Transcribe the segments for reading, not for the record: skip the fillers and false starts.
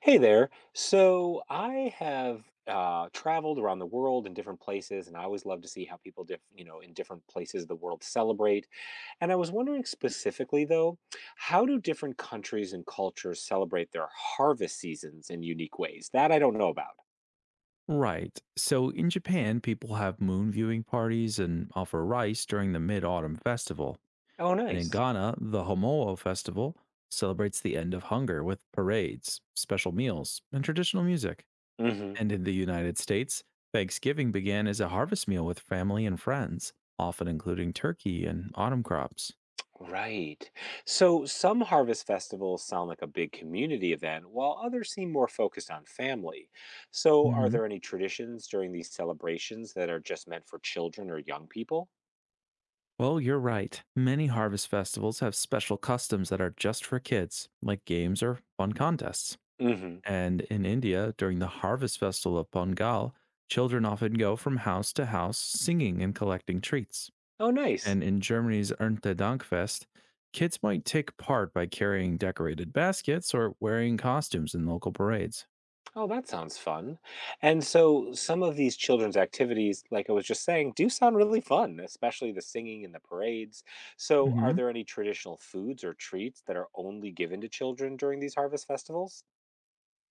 Hey there. So I have traveled around the world in different places, and I always love to see how people, in different places of the world celebrate. And I was wondering specifically, though, how do different countries and cultures celebrate their harvest seasons in unique ways? That I don't know about. Right. So in Japan, people have moon viewing parties and offer rice during the Mid Autumn Festival. Oh, And in nice. Ghana, the Homoa Festival celebrates the end of hunger with parades, special meals, and traditional music. Hmm. And in the United States, Thanksgiving began as a harvest meal with family and friends, often including turkey and autumn crops. Right. So some harvest festivals sound like a big community event, while others seem more focused on family. So, are Hmm. there any traditions during these celebrations that are just meant for children or young people? Well, you're right. Many harvest festivals have special customs that are just for kids, like games or fun contests. Mm-hmm. And in India, during the harvest festival of Pongal, children often go from house to house singing and collecting treats. Oh, nice. And in Germany's Ernte Dankfest, kids might take part by carrying decorated baskets or wearing costumes in local parades. Oh, that sounds fun. And so, some of these children's activities, like I was just saying, do sound really fun, especially the singing and the parades. So, are hmm there any traditional foods or treats that are only given to children during these harvest festivals?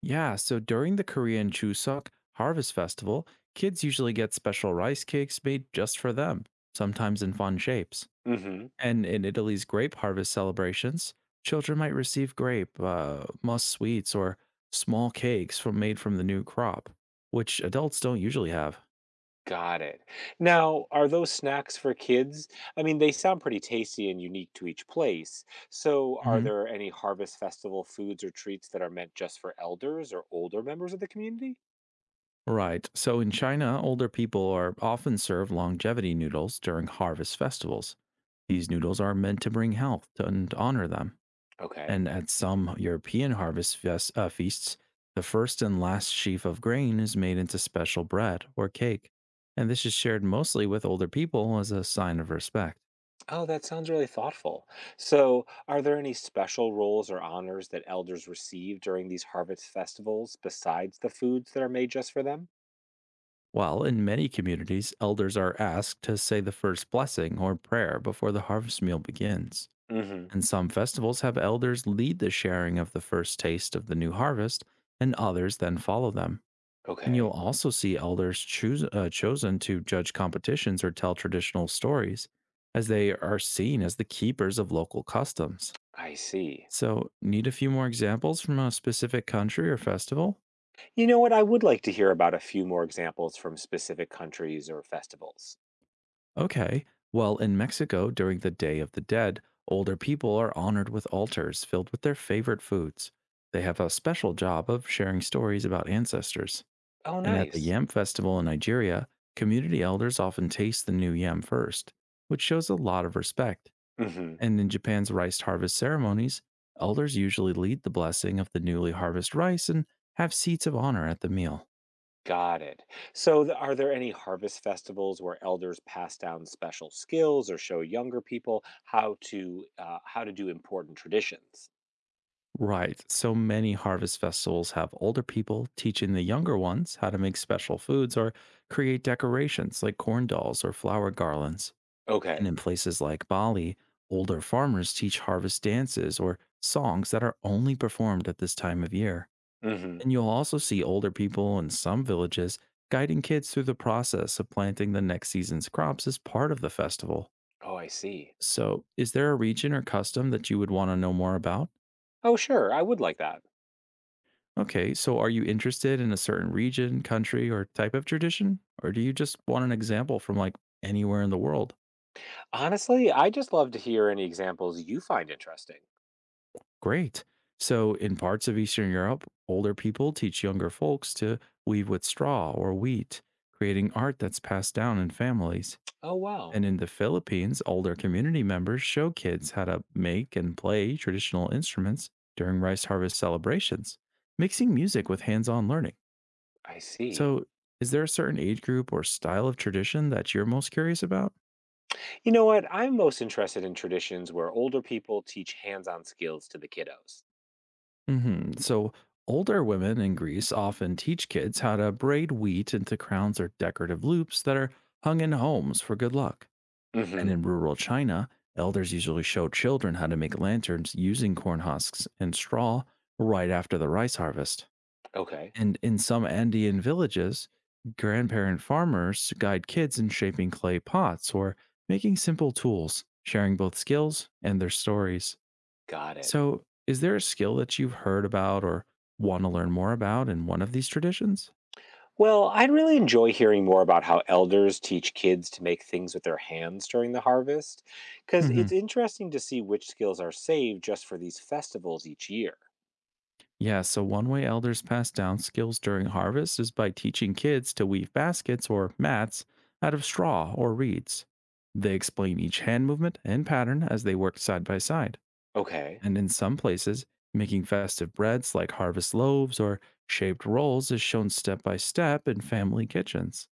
Yeah, so during the Korean Chuseok Harvest Festival, kids usually get special rice cakes made just for them, sometimes in fun shapes. Mm hmm. And in Italy's grape harvest celebrations, children might receive grape, musk sweets, or small cakes from made from the new crop, which adults don't usually have. Got it. Now, are those snacks for kids? I mean, they sound pretty tasty and unique to each place. So, are Hmm. there any Harvest Festival foods or treats that are meant just for elders or older members of the community? Right. So in China, older people are often served longevity noodles during harvest festivals. These noodles are meant to bring health and honor them. Okay. And at some European harvest feasts, the first and last sheaf of grain is made into special bread or cake, and this is shared mostly with older people as a sign of respect. Oh, that sounds really thoughtful. So, are there any special roles or honors that elders receive during these harvest festivals besides the foods that are made just for them? While in many communities, elders are asked to say the first blessing or prayer before the harvest meal begins. Mm-hmm. And some festivals have elders lead the sharing of the first taste of the new harvest, and others then follow them. And you'll Okay. also see elders chosen to judge competitions or tell traditional stories, as they are seen as the keepers of local customs. I see. So, need a few more examples from a specific country or festival? You know what? I would like to hear about a few more examples from specific countries or festivals. Okay. Well, in Mexico, during the Day of the Dead, older people are honored with altars filled with their favorite foods. They have a special job of sharing stories about ancestors. Oh, And at the nice. yam festival in Nigeria, community elders often taste the new yam first, which shows a lot of respect. Hmm. And in Japan's rice harvest ceremonies, elders usually lead the blessing of the newly harvested rice and have seats of honor at the meal. Got it. So, are there any harvest festivals where elders pass down special skills or show younger people how to do important traditions? Right, so many harvest festivals have older people teaching the younger ones how to make special foods or create decorations like corn dolls or flower garlands. And Okay. in places like Bali, older farmers teach harvest dances or songs that are only performed at this time of year. Hmm. And you'll also see older people in some villages guiding kids through the process of planting the next season's crops as part of the festival. Oh, I see. So, is there a region or custom that you would want to know more about? Oh, sure. I would like that. Okay, so are you interested in a certain region, country, or type of tradition? Or do you just want an example from like anywhere in the world? Honestly, I just love to hear any examples you find interesting. Great. So, in parts of Eastern Europe, older people teach younger folks to weave with straw or wheat, creating art that's passed down in families. Oh, wow. And in the Philippines, older community members show kids how to make and play traditional instruments during rice harvest celebrations, mixing music with hands on learning. I see. So, is there a certain age group or style of tradition that you're most curious about? You know what? I'm most interested in traditions where older people teach hands-on skills to the kiddos. Hmm. So, older women in Greece often teach kids how to braid wheat into crowns or decorative loops that are hung in homes for good luck. And Hmm. in rural China, elders usually show children how to make lanterns using corn husks and straw right after the rice harvest. Okay. And in some Andean villages, grandparent farmers guide kids in shaping clay pots or making simple tools, sharing both skills and their stories. Got it. So, is there a skill that you've heard about or want to learn more about in one of these traditions? Well, I'd really enjoy hearing more about how elders teach kids to make things with their hands during the harvest, because hmm it's interesting to see which skills are saved just for these festivals each year. Yeah, so one way elders pass down skills during harvest is by teaching kids to weave baskets or mats out of straw or reeds. They explain each hand movement and pattern as they work side by side. Okay. And in some places, making festive breads like harvest loaves or shaped rolls is shown step by step in family kitchens.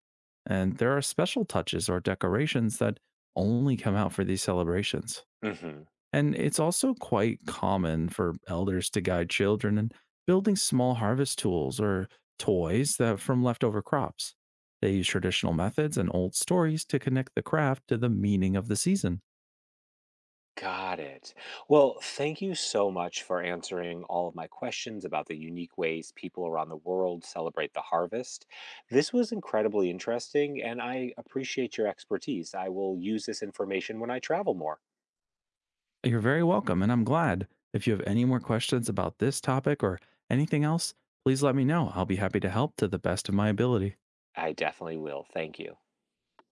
And there are special touches or decorations that only come out for these celebrations. Hmm. And it's also quite common for elders to guide children in building small harvest tools or toys that from leftover crops. They use traditional methods and old stories to connect the craft to the meaning of the season. Got it. Well, thank you so much for answering all of my questions about the unique ways people around the world celebrate the harvest. This was incredibly interesting, and I appreciate your expertise. I will use this information when I travel more. You're very welcome, and I'm glad. If you have any more questions about this topic or anything else, please let me know. I'll be happy to help to the best of my ability. I definitely will. Thank you.